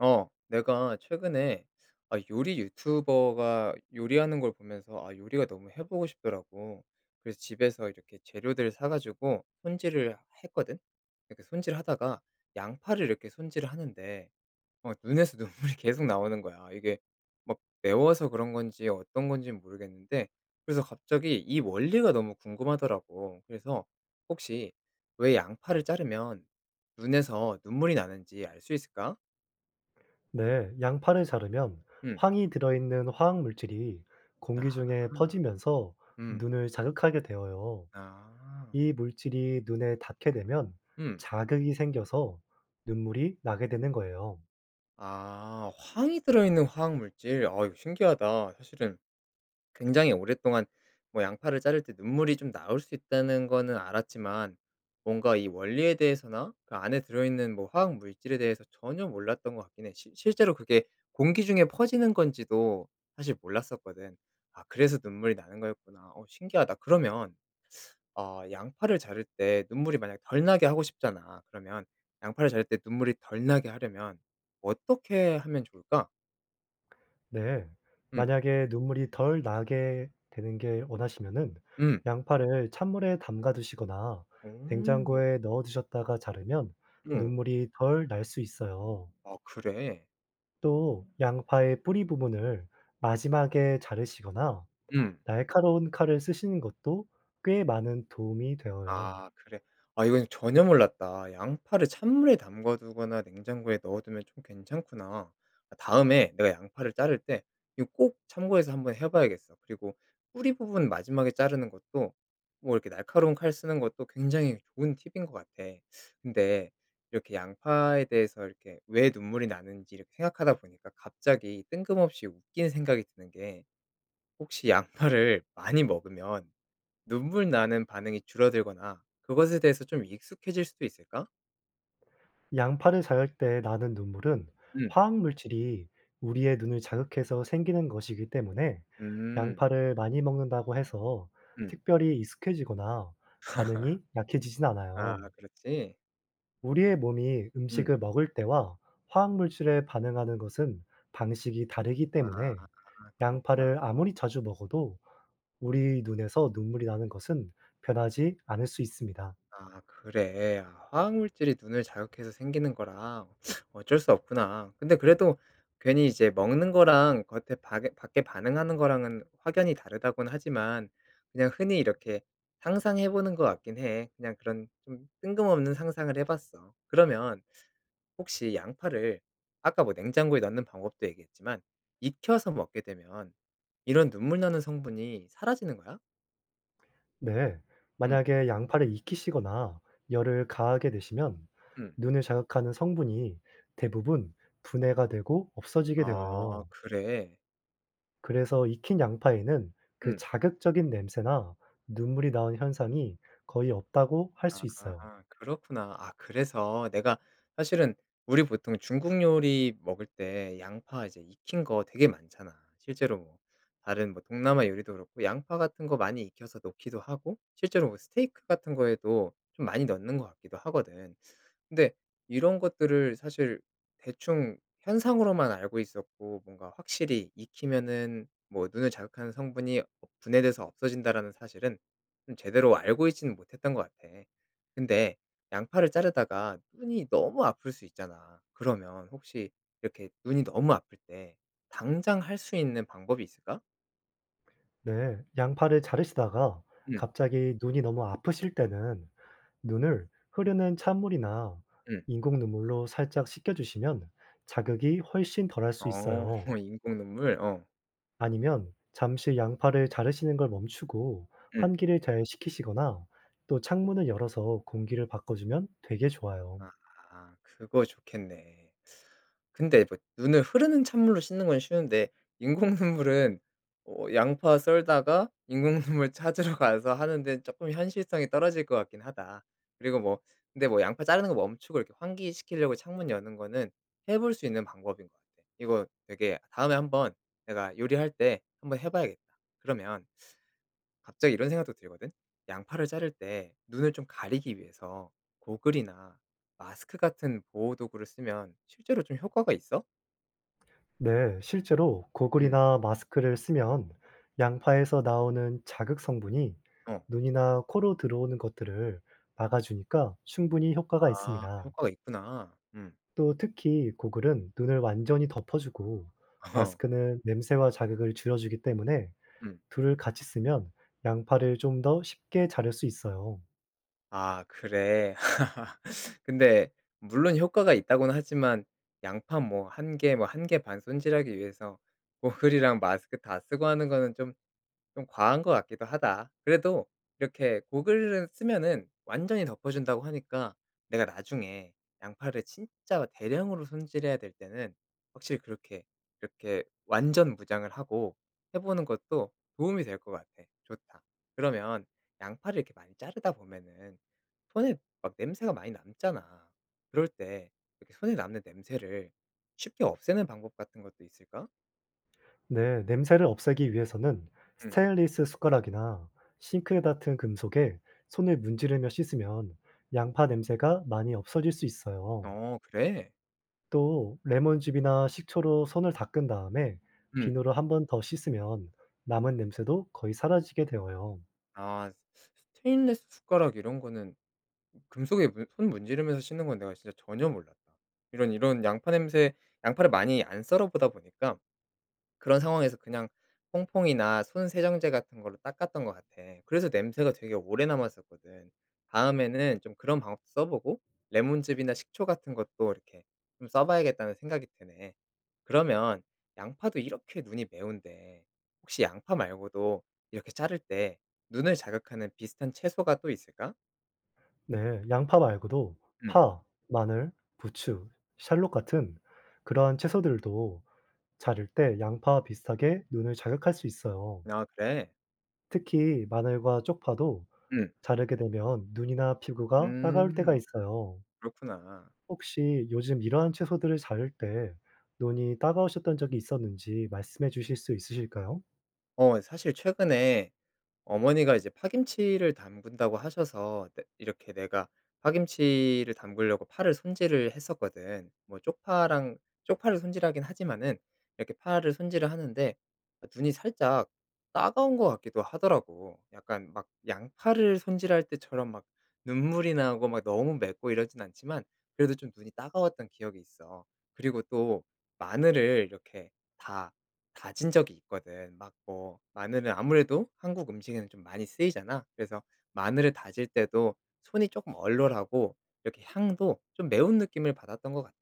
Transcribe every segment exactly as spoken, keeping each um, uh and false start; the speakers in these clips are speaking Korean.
어, 내가 최근에 아, 요리 유튜버가 요리하는 걸 보면서 아, 요리가 너무 해보고 싶더라고. 그래서 집에서 이렇게 재료들을 사가지고 손질을 했거든. 이렇게 손질하다가 양파를 이렇게 손질을 하는데 어, 눈에서 눈물이 계속 나오는 거야. 이게 막 매워서 그런 건지 어떤 건지 모르겠는데, 그래서 갑자기 이 원리가 너무 궁금하더라고. 그래서 혹시 왜 양파를 자르면 눈에서 눈물이 나는지 알 수 있을까? 네, 양파를 자르면 음. 황이 들어있는 화학물질이 공기 아. 중에 퍼지면서 음. 눈을 자극하게 되어요. 아. 이 물질이 눈에 닿게 되면 음. 자극이 생겨서 눈물이 나게 되는 거예요. 아, 황이 들어있는 화학 물질. 아, 이거 신기하다. 사실은 굉장히 오랫동안 뭐 양파를 자를 때 눈물이 좀 나올 수 있다는 거는 알았지만 뭔가 이 원리에 대해서나 그 안에 들어있는 뭐 화학 물질에 대해서 전혀 몰랐던 것 같긴 해. 실 실제로 그게 공기 중에 퍼지는 건지도 사실 몰랐었거든. 아, 그래서 눈물이 나는 거였구나. 어, 신기하다. 그러면 어, 양파를 자를 때 눈물이 만약 덜 나게 하고 싶잖아. 그러면 양파를 자를 때 눈물이 덜 나게 하려면 어떻게 하면 좋을까? 네, 음. 만약에 눈물이 덜 나게 되는 게 원하시면은 음. 양파를 찬물에 담가 두시거나 오. 냉장고에 넣어 두셨다가 자르면 어. 눈물이 덜 날 수 있어요. 아, 그래? 또 양파의 뿌리 부분을 마지막에 자르시거나 음. 날카로운 칼을 쓰시는 것도 꽤 많은 도움이 되어요. 아, 그래. 아, 이건 전혀 몰랐다. 양파를 찬물에 담가 두거나 냉장고에 넣어 두면 좀 괜찮구나. 아, 다음에 내가 양파를 자를 때 이거 꼭 참고해서 한번 해 봐야겠어. 그리고 뿌리 부분 마지막에 자르는 것도, 뭐 이렇게 날카로운 칼 쓰는 것도 굉장히 좋은 팁인 것 같아. 근데 이렇게 양파에 대해서 이렇게 왜 눈물이 나는지 이렇게 생각하다 보니까 갑자기 뜬금없이 웃긴 생각이 드는 게, 혹시 양파를 많이 먹으면 눈물 나는 반응이 줄어들거나 그것에 대해서 좀 익숙해질 수도 있을까? 양파를 자를 때 나는 눈물은 음. 화학 물질이 우리의 눈을 자극해서 생기는 것이기 때문에 음. 양파를 많이 먹는다고 해서 음. 특별히 익숙해지거나 반응이 약해지진 아, 않아요. 그렇지? 우리의 몸이 음. 음식을 먹을 때와 화학물질에 반응하는 것은 방식이 다르기 아, 때문에 그렇구나. 양파를 아무리 자주 먹어도 우리 눈에서 눈물이 나는 것은 변하지 않을 수 있습니다. 아, 그래. 아, 화학물질이 눈을 자극해서 생기는 거라 어쩔 수 없구나. 근데 그래도 괜히 이제 먹는 거랑 겉에 밖에 밖에 반응하는 거랑은 확연히 다르다고는 하지만 그냥 흔히 이렇게 상상해 보는 것 같긴 해. 그냥 그런 좀 뜬금없는 상상을 해 봤어. 그러면 혹시 양파를 아까 뭐 냉장고에 넣는 방법도 얘기했지만 익혀서 먹게 되면 이런 눈물 나는 성분이 사라지는 거야? 네. 음. 만약에 양파를 익히시거나 열을 가하게 되시면 음. 눈을 자극하는 성분이 대부분 분해가 되고 없어지게 아, 되어요. 그래. 그래서 익힌 양파에는 그 음. 자극적인 냄새나 눈물이 나온 현상이 거의 없다고 할 수 있어요. 아, 그렇구나. 아, 그래서 내가 사실은 우리 보통 중국 요리 먹을 때 양파 이제 익힌 거 되게 많잖아. 실제로 뭐 다른 뭐 동남아 요리도 그렇고 양파 같은 거 많이 익혀서 넣기도 하고, 실제로 뭐 스테이크 같은 거에도 좀 많이 넣는 것 같기도 하거든. 근데 이런 것들을 사실 대충 현상으로만 알고 있었고, 뭔가 확실히 익히면은 뭐 눈을 자극하는 성분이 분해돼서 없어진다라는 사실은 좀 제대로 알고 있지는 못했던 것 같아. 근데 양파를 자르다가 눈이 너무 아플 수 있잖아. 그러면 혹시 이렇게 눈이 너무 아플 때 당장 할 수 있는 방법이 있을까? 네. 양파를 자르시다가 응. 갑자기 눈이 너무 아프실 때는 눈을 흐르는 찬물이나 응. 인공 눈물로 살짝 식혀 주시면 자극이 훨씬 덜할 어, 수 있어요. 인공 눈물. 어. 아니면 잠시 양파를 자르시는 걸 멈추고 응. 환기를 잘 시키시거나 또 창문을 열어서 공기를 바꿔 주면 되게 좋아요. 아. 아, 그거 좋겠네. 근데 뭐 눈을 흐르는 찬물로 씻는 건 쉬운데 인공 눈물은, 어, 양파 썰다가 인공 눈물 찾으러 가서 하는 데는 금 현실성이 떨어질 것 같긴 하다. 그리고 뭐 근데 뭐 양파 자르는 거 멈추고 이렇게 환기시키려고 창문 여는 거는 해볼 수 있는 방법인 것 같아. 이거 되게 다음에 한번 내가 요리할 때 한번 해 봐야겠다. 그러면 갑자기 이런 생각도 들거든. 양파를 자를 때 눈을 좀 가리기 위해서 고글이나 마스크 같은 보호 도구를 쓰면 실제로 좀 효과가 있어? 네, 실제로 음. 고글이나 마스크를 쓰면 양파에서 나오는 자극 성분이 어. 눈이나 코로 들어오는 것들을 막아주니까 충분히 효과가 아, 있습니다. 효과가 있구나. 음. 또 특히 고글은 눈을 완전히 덮어주고 마스크는 냄새와 자극을 줄여주기 때문에 음. 둘을 같이 쓰면 양파를 좀 더 쉽게 자를 수 있어요. 아, 그래. 근데 물론 효과가 있다고는 하지만 양파 뭐 한 개 뭐 한 개 반 손질하기 위해서 고글이랑 마스크 다 쓰고 하는 거는 좀 좀 과한 것 같기도 하다. 그래도 이렇게 고글을 쓰면은 완전히 덮어 준다고 하니까 내가 나중에 양파를 진짜 대량으로 손질해야 될 때는 확실히 그렇게 이렇게 완전 무장을 하고 해 보는 것도 도움이 될 것 같아. 좋다. 그러면 양파를 이렇게 많이 자르다 보면은 손에 막 냄새가 많이 남잖아. 그럴 때 이렇게 손에 남는 냄새를 쉽게 없애는 방법 같은 것도 있을까? 네, 냄새를 없애기 위해서는 응. 스테인리스 숟가락이나 싱크대 같은 금속에 손을 문지르며 씻으면 양파 냄새가 많이 없어질 수 있어요. 어, 그래? 또 레몬즙이나 식초로 손을 닦은 다음에 응. 비누로 한번 더 씻으면 남은 냄새도 거의 사라지게 되어요. 아, 스테인리스 숟가락 이런 거는 금속에 문 손 문지르면서 씻는 건 내가 진짜 전혀 몰랐다. 이런 이런 양파 냄새, 양파를 많이 안 썰어 보다 보니까 그런 상황에서 그냥 퐁퐁이나 손 세정제 같은 걸로 닦았던 것 같아. 그래서 냄새가 되게 오래 남았었거든. 다음에는 좀 그런 방법도 써보고 레몬즙이나 식초 같은 것도 이렇게 좀 써봐야겠다는 생각이 드네. 그러면 양파도 이렇게 눈이 매운데 혹시 양파 말고도 이렇게 자를 때 눈을 자극하는 비슷한 채소가 또 있을까? 네, 양파 말고도 음. 파, 마늘, 부추, 샬롯 같은 그러한 채소들도 자를 때 양파와 비슷하게 눈을 자극할 수 있어요. 아, 그래? 특히 마늘과 쪽파도 음. 자르게 되면 눈이나 피부가 따가울 때가 음. 있어요. 그렇구나. 혹시 요즘 이러한 채소들을 자를 때 눈이 따가우셨던 적이 있었는지 말씀해 주실 수 있으실까요? 어, 사실 최근에 어머니가 이제 파김치를 담근다고 하셔서 내- 이렇게 내가 파김치를 담그려고 파를 손질을 했었거든. 뭐 쪽파랑 쪽파를 손질하긴 하지만은 이렇게 파를 손질을 하는데 아, 눈이 살짝 따가운 것 같기도 하더라고. 약간 막 양파를 손질할 때처럼 막 눈물이 나고 막 너무 맵고 이러진 않지만 그래도 좀 눈이 따가웠던 기억이 있어. 그리고 또 마늘을 이렇게 다 다진 적이 있거든. 막 뭐 마늘은 아무래도 한국 음식에는 좀 많이 쓰이잖아. 그래서 마늘을 다질 때도 손이 조금 얼얼하고 이렇게 향도 좀 매운 느낌을 받았던 것 같아.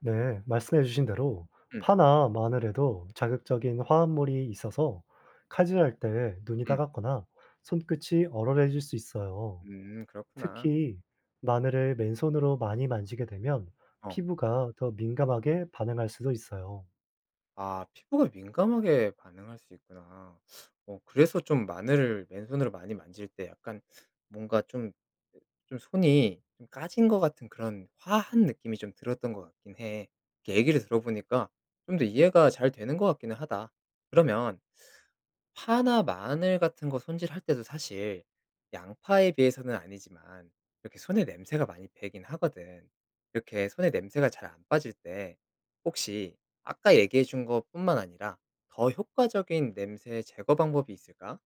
네, 말씀해 주신 대로 음. 파나 마늘에도 자극적인 화합물이 있어서 칼질할 때 눈이 음. 따갑거나 손끝이 얼얼해질 수 있어요. 음, 그렇구나. 특히 마늘을 맨손으로 많이 만지게 되면 어. 피부가 더 민감하게 반응할 수도 있어요. 아, 피부가 민감하게 반응할 수 있구나. 어, 그래서 좀 마늘을 맨손으로 많이 만질 때 약간 뭔가 좀 좀 손이 좀 까진 것 같은 그런 화한 느낌이 좀 들었던 것 같긴 해. 이렇게 얘기를 들어보니까 좀 더 이해가 잘 되는 것 같기는 하다. 그러면 파나 마늘 같은 거 손질할 때도 사실 양파에 비해서는 아니지만 이렇게 손에 냄새가 많이 배긴 하거든. 이렇게 손에 냄새가 잘 안 빠질 때 혹시 아까 얘기해 준 것뿐만 아니라 더 효과적인 냄새 제거 방법이 있을까?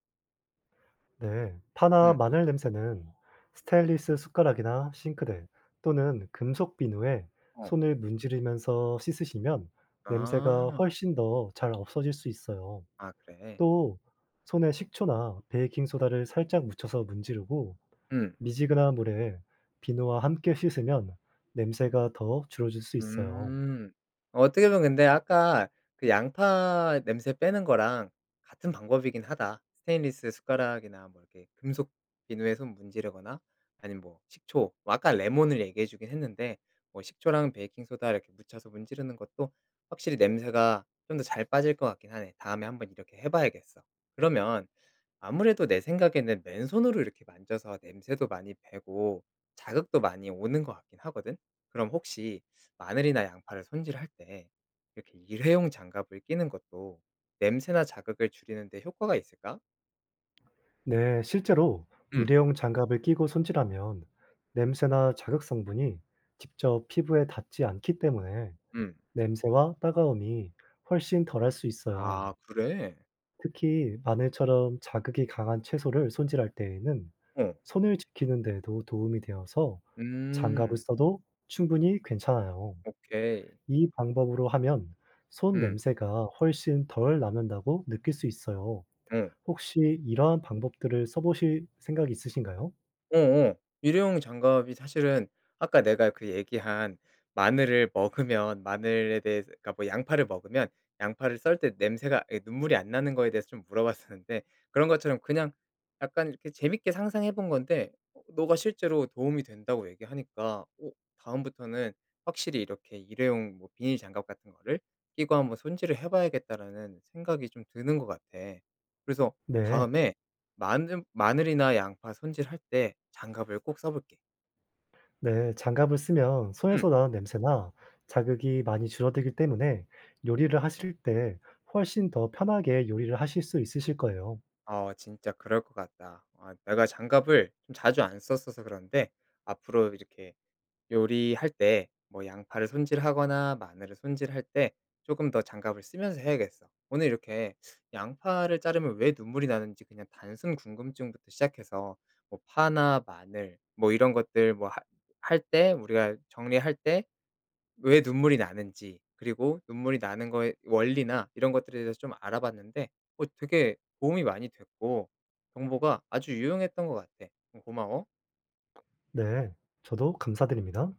네, 파나 음. 마늘 냄새는 스테인리스 숟가락이나 싱크대 또는 금속 비누에 어. 손을 문지르면서 씻으시면 냄새가 아. 훨씬 더 잘 없어질 수 있어요. 아, 그래. 또 손에 식초나 베이킹 소다를 살짝 묻혀서 문지르고 음. 미지근한 물에 비누와 함께 씻으면 냄새가 더 줄어질 수 있어요. 음. 어떻게 보면 근데 아까 그 양파 냄새 빼는 거랑 같은 방법이긴 하다. 스테인리스 숟가락이나 뭐 이렇게 금속 비누에 손 문지르거나 아니면 뭐 식초, 뭐 아까 레몬을 얘기해 주긴 했는데 뭐 식초랑 베이킹 소다 이렇게 묻혀서 문지르는 것도 확실히 냄새가 좀 더 잘 빠질 것 같긴 하네. 다음에 한번 이렇게 해 봐야겠어. 그러면 아무래도 내 생각에는 맨손으로 이렇게 만져서 냄새도 많이 배고 자극도 많이 오는 것 같긴 하거든. 그럼 혹시 마늘이나 양파를 손질할 때 이렇게 일회용 장갑을 끼는 것도 냄새나 자극을 줄이는 데 효과가 있을까? 네, 실제로 음, 일회용 장갑을 끼고 손질하면 냄새나 자극 성분이 직접 피부에 닿지 않기 때문에 음. 냄새와 따가움이 훨씬 덜할 수 있어요. 아, 그래? 특히 마늘처럼 자극이 강한 채소를 손질할 때에는 어. 손을 지키는 데에도 도움이 되어서 장갑을 음. 써도 충분히 괜찮아요. 오케이. 이 방법으로 하면 손 음. 냄새가 훨씬 덜 남는다고 느낄 수 있어요. 어. 혹시 이러한 방법들을 써보실 생각 있으신가요? 어어. 일회용 장갑이 사실은 아까 내가 그 얘기한 마늘을 먹으면 마늘에 대해서, 그러니까 뭐 양파를 먹으면 양파를 썰 때 냄새가, 예 눈물이 안 나는 거에 대해서 좀 물어봤었는데 그런 것처럼 그냥 약간 이렇게 재밌게 상상해 본 건데 어, 너가 실제로 도움이 된다고 얘기하니까 어, 다음부터는 확실히 이렇게 일회용 뭐 비닐 장갑 같은 거를 끼고 한번 손질을 해 봐야겠다라는 생각이 좀 드는 것 같아. 그래서 네. 다음에 마늘 마늘이나 양파 손질할 때 장갑을 꼭 써 볼게. 네, 장갑을 쓰면 음. 손에서 나는 냄새나 자극이 많이 줄어들기 때문에 요리를 하실 때 훨씬 더 편하게 요리를 하실 수 있으실 거예요. 어, 진짜 그럴 것 같다. 아, 내가 장갑을 좀 자주 안 썼어서 그런데 앞으로 이렇게 요리할 때 뭐 양파를 손질하거나 마늘을 손질할 때 조금 더 장갑을 쓰면서 해야겠어. 오늘 이렇게 양파를 자르면 왜 눈물이 나는지 그냥 단순 궁금증부터 시작해서 뭐 파나 마늘 뭐 이런 것들 뭐 할 때 우리가 정리할 때 왜 눈물이 나는지, 그리고 눈물이 나는 거의 원리나 이런 것들에 대해서 좀 알아봤는데 어, 되게 도움이 많이 됐고 정보가 아주 유용했던 것 같아. 어, 고마워. 네, 저도 감사드립니다.